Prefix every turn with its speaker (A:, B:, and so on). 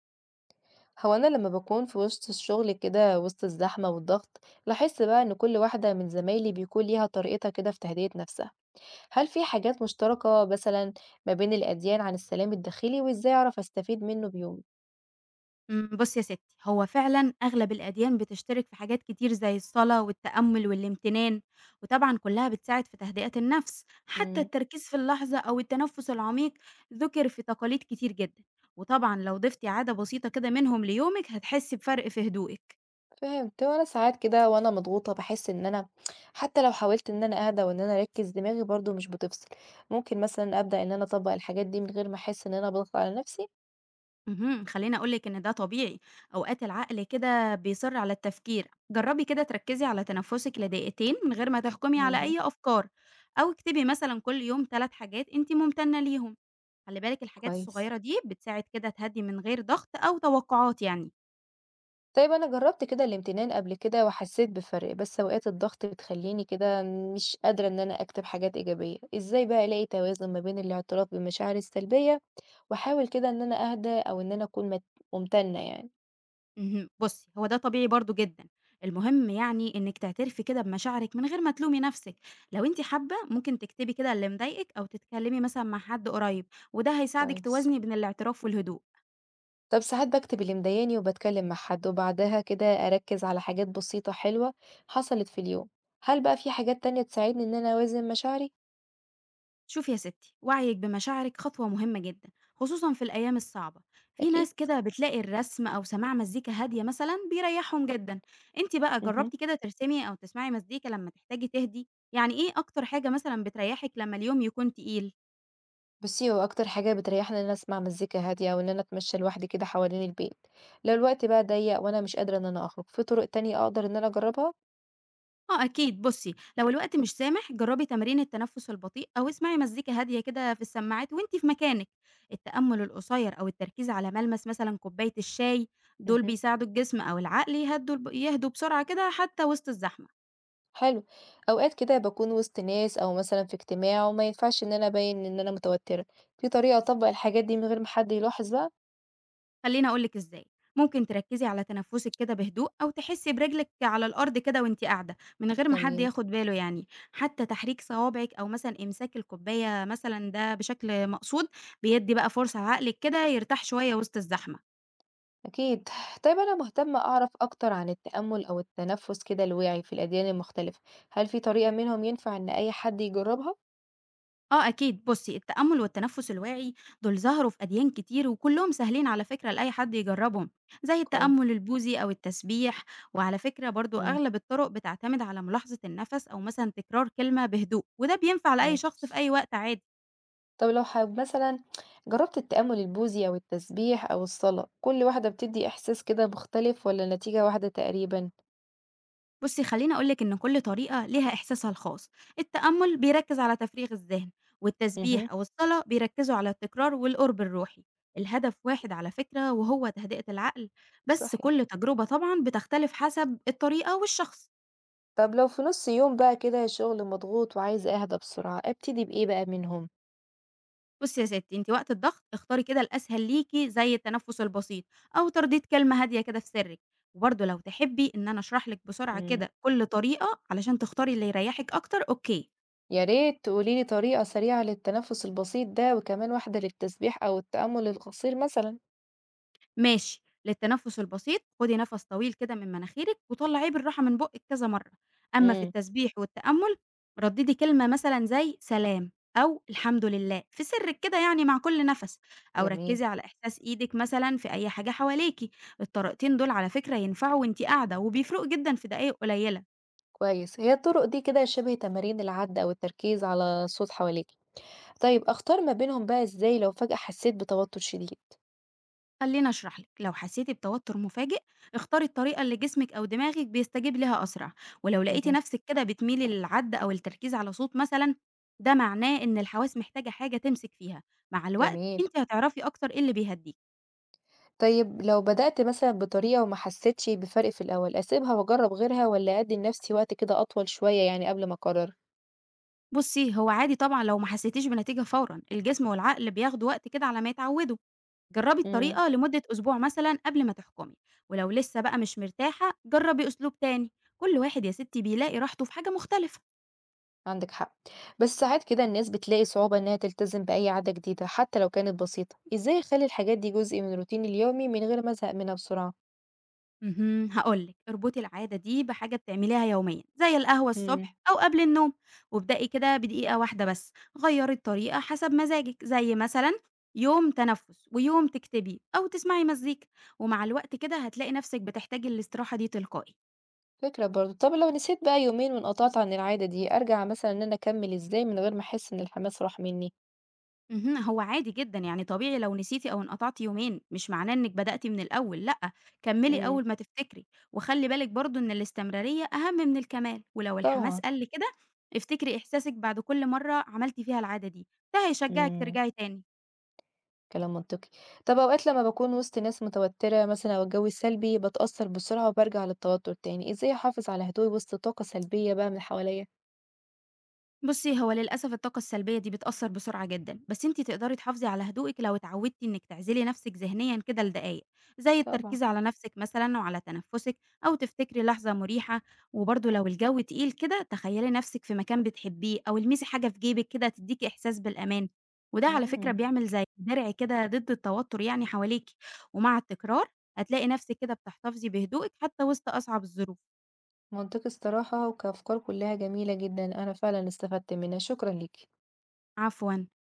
A: هو أنا لما بكون في وسط الشغل كده وسط الزحمة والضغط لاحظت بقى إن كل واحدة من زمايلي بيكون ليها طريقتها كده في تهدئة نفسها. هل في حاجات مشتركة مثلا ما بين الأديان عن السلام الداخلي وإزاي أعرف أستفيد منه بيومي؟
B: بُصّي يا ستّي، هو فعلًا أغلب الأديان بتشترك في حاجات كتير زي الصلاة والتأمُّل والامتنان، وطبعًا كلّها بتساعد في تهدئة النفس، حتى
A: امم.
B: التركيز في اللحظة أو التنفُّس العميق ذُكر في تقاليد كتير جدًا، وطبعًا لو ضفتِ عادة بسيطة كده منهم ليومِك هتحسّي بفرق في هدوئِك.
A: فهمت، وأنا ساعات كده وأنا مضغوطة بحس إن أنا حتى لو حاولت إن أنا أهدى وإن أنا أركز دماغي برضو مش بتفصل. ممكن مثلا أبدأ إن أنا أطبق الحاجات دي من غير ما أحس إن أنا بضغط على نفسي؟
B: اهم، خلّيني أقول لِك إن ده طبيعي، أوقات العقل كده بيصِر على التفكير، جرّبي كده تركّزي على تنفُّسِك لدقيقتين من غير ما تحكُمي على
A: امم.
B: أي أفكار، أو اكتبي مثلًا كل يوم 3 حاجات أنتِ ممتنة ليهم. خلّي بالِك الحاجات
A: كويس.
B: الصغيّرة دي بتساعد كده تهدّي من غير ضغط أو توقعات يعني.
A: طيب أنا جرّبت كده الامتنان قبل كده وحسّيت بفرق، بس أوقات الضغط بتخلّيني كده مش قادرة إن أنا أكتب حاجات إيجابية، إزاي بقى ألاقي توازن ما بين الاعتراف بالمشاعر السلبية وأحاول كده إن أنا أهدى أو إن أنا أكون ممتنة يعني؟
B: اهم، بُصّي، هو ده طبيعي برضه جدًا، المهم يعني إنِّك تعترفي كده بمشاعرِك من غير ما تلومي نَفْسِك، لو أنتِ حابة ممكن تكتبي كده اللي مضايقِك أو تتكلّمي مثلًا مع حد قريّب، وده هيساعدِك
A: كويس.
B: توازني بين الاعتراف والهدوء.
A: طب ساعات باكتب اللي مضايقني وباتكلم مع حد، وبعدها كده أركّز على حاجات بسيطة حلوة حصلت في اليوم، هل بقى في حاجات تانية تساعدني إن أنا أوازن مشاعري؟
B: شوفي يا ستي وعيك بمشاعرك خطوة مهمة جدا خصوصا في الأيام الصعبة في
A: أكيد.
B: ناس كده بتلاقي الرسم أو سماع مزيكا هادية مثلا بيريحهم جدا انت بقى
A: اهم.
B: جربتي كده ترسمي أو تسمعي مزيكا لما تحتاجي تهدي يعني ايه أكتر حاجة مثلا بتريحك لما اليوم يكون تقيل
A: بُصّي، هو أكتر حاجة بتريّحني إن أنا أسمع مزيكا هادية أو إن أنا أتمشى لوحدي كده حوالين البيت، لو الوقت بقى ضيّق وأنا مش قادرة إن أنا أخرج، في طرق تانية أقدر إن أنا أجرّبها؟
B: آه أكيد، بُصّي، لو الوقت مش سامح جرّبي تمارين التنفُّس البطيء أو اسمعي مزيكا هادية كده في السماعات وأنتِ في مكانِك. التأمُّل القصير أو التركيز على ملمس مثلًا كوباية الشاي، دول
A: اهم.
B: بيساعدوا الجسم أو العقل يهدّوا الب يهدوا بسرعة كده حتّى وسط الزحمة.
A: حلو، أوقات كده باكون وسط ناس أو مثلًا في اجتماع وما ينفعش إن أنا أبيّن إن أنا متوترة، في طريقة أطبّق الحاجات دي من غير ما حد يلاحظ بقى؟
B: خلّيني أقول لِك إزاي، ممكن تركّزي على تنفُّسِك كده بهدوء أو تحسّي برجلِك على الأرض كده وأنتِ قاعدة من غير ما حد
A: جميل،
B: ياخُد باله يعني. حتّى تحريك صوابعِك أو مثلًا إمساك الكوباية مثلًا ده بشكل مقصود، بيدّي بقى فرصة لعقلِك كده يرتاح شوية وسط الزحمة.
A: أكيد. طيب أنا مهتمة أعرف أكتر عن التأمُّل أو التنفُّس كده الواعي في الأديان المختلفة، هل في طريقة منهم ينفع إن أي حد يجرّبها؟
B: آه أكيد بُصّي، التأمُّل والتنفُّس الواعي دول ظهروا في أديان كتير وكلّهم سهلين على فكرة لأي حد يجرّبهم، زي
A: كويس،
B: التأمُّل البوذي أو التسبيح، وعلى فكرة برضه
A: إمم،
B: أغلب الطُرُق بتعتمد على ملاحظة النَفَس أو مثلًا تكرار كلمة بهدوء، وده بينفع لأي شخص
A: كويس.
B: في أي وقت عادي.
A: طب لو حب مثلًا جرّبت التأمُّل البوذي أو التسبيح أو الصلاة، كل واحدة بتدّي إحساس كده مختلف والّا النتيجة واحدة تقريبًا؟
B: بُصّي، خلّيني أقول لِك إن كل طريقة ليها إحساسها الخاص، التأمُّل بيركّز على تفريغ الذهن،
A: اهم.
B: والتسبيح أو الصلاة بيركّزوا على التكرار والقُرب الروحي، الهدف واحد على فكرة وهو تهدئة العقل، بس
A: صحيح.
B: كل تجربة طبعًا بتختلف حسب الطريقة والشخص.
A: طب لو في نُص يوم بقى كده شغل مضغوط وعايزة أهدى بسرعة، أبتدي بإيه بقى منهم؟
B: بُصّي يا ستّي، أنتِ وقت الضغط اختاري كده الأسهل ليكِ زي التنفُّس البسيط أو ترديد كلمة هادية كده في سرِّك، وبرضه لو تحبّي إن أنا أشرح لِك بسرعة
A: إمم.
B: كده كل طريقة علشان تختاري اللي يريّحِك أكتر، أوكي.
A: يا ريت تقولي لي طريقة سريعة للتنفُّس البسيط ده وكمان واحدة للتسبيح أو التأمُّل القصير مثلًا.
B: ماشي، للتنفس البسيط خدي نَفَس طويل كده من مناخيرِك وطلّعيه بالراحة من بُقِّك كذا مرّة، أمّا في
A: إمم.
B: التسبيح والتأمُّل ردّدي كلمة مثلًا زي سلام أو الحمد لله في سرِّك كده يعني مع كل نَفَس، أو
A: جميل،
B: ركّزي على إحساس إيدِك مثلًا في أي حاجة حواليكِ، الطريقتين دول على فكرة ينفعوا وأنتِ قاعدة وبيفرقوا جدًا في دقايق قليلة.
A: كويس. هي الطُرُق دي كده شِبه تمارين العَد أو التركيز على صوت حواليكِ. طيب أختار ما بينهم بقى إزاي لو فجأة حسيت بتوتر شديد؟
B: خليني أشرح لك لو حسيتي بتوتر مفاجئ اختاري الطريقة اللي جسمك أو دماغك بيستجيب لها أسرع ولو لقيتي
A: اهم،
B: نفسك كده بتميلي للعد أو التركيز على صوت مثلا ده معناه إن الحواس محتاجة حاجة تمسك فيها مع الوقت
A: جميل.
B: انت هتعرفي أكتر إيه اللي بيهديك
A: طيب لو بدأت مثلًا بطريقة وما حسيتش بفرق في الأول، أسيبها وأجرب غيرها والّا أدّي لنفسي وقت كده أطول شوية يعني قبل ما أقرر؟
B: بصي هو عادي طبعا لو ما حسيتيش بنتيجة فورا الجسم والعقل بياخدوا وقت كده على ما يتعودوا جربي
A: إمم،
B: الطريقة لمدة أسبوع مثلا قبل ما تحكمي ولو لسه بقى مش مرتاحة جربي أسلوب تاني كل واحد يا ستي بيلاقي راحته في حاجة مختلفة
A: عندِك حق. بس ساعات كده الناس بتلاقي صعوبة إنها تلتزم بأي عادة جديدة حتى لو كانت بسيطة، إزاي أخلّي الحاجات دي جزء من روتيني اليومي من غير ما أزهق منها بسرعة؟
B: اهم، هاقول لِك اربطي العادة دي بحاجة بتعمليها يوميًا، زي القهوة
A: إمم،
B: الصبح أو قبل النوم، وابدئي كده بدقيقة واحدة بس، غيّري الطريقة حسب مزاجِك، زي مثلًا يوم تنفس ويوم تكتبي أو تسمعي مزيكا، ومع الوقت كده هتلاقي نفسِك بتحتاجي الاستراحة دي تلقائي.
A: فكرة برضه. طب لو نسيت بقى يومين وانقطعت عن العادة دي، أرجع مثلًا إن أنا أكمل إزاي من غير ما أحس إن الحماس راح مني؟
B: اهم، هو عادي جدًا، يعني طبيعي لو نسيتِ أو انقطعتِ يومين، مش معناه إنِّك بدأتِ من الأول، لأ، كمّلي
A: إمم.
B: أول ما تفتكري، وخلّي بالِك برضه إن الاستمرارية أهم من الكمال، ولو الحماس
A: طبعًا،
B: قَل كده، افتكري إحساسِك بعد كل مرّة عملتِ فيها العادة دي، ده هيشجّعِك
A: إمم،
B: ترجعي تاني.
A: كلام منطقي. طَب أوقات لمّا باكون وسط ناس متوترة مثلًا أو الجو السلبي باتأثّر بسرعة وبارجع للتوتر تاني، إزاي أحافظ على هدوئي وسط طاقة سلبية بقى من اللي حواليّا؟
B: بُصّي، هو للأسف الطاقة السلبية دي بتأثّر بسرعة جدًا، بس أنتِ تقدري تحافظي على هدوئِك لو اتعودتِ إنِّك تعزلي نَفْسِك ذهنيًا كده لدقايق، زي
A: طبعًا،
B: التركيز على نَفْسِك مثلًا وعلى تنفُّسِك أو تفتكري لحظة مريحة، وبرضه لو الجو تقيل كده تخيّلي نَفْسِك في مكان بتحبيه أو المسي حاجة في جيبِك كده تدّيكِ إحساس بالأمان، وده على فكرة
A: إمم،
B: بيعمل زي درع كده ضد التوتُّر يعني حواليكِ، ومع التكرار هتلاقي نَفْسِك كده بتحتفظي بهدوئِك حتى وسط أصعب الظروف.
A: منطقي الصراحة وكأفكار كلّها جميلة جدًا، أنا فعلًا استفدت منها، شكرًا ليكِ.
B: عفوًا.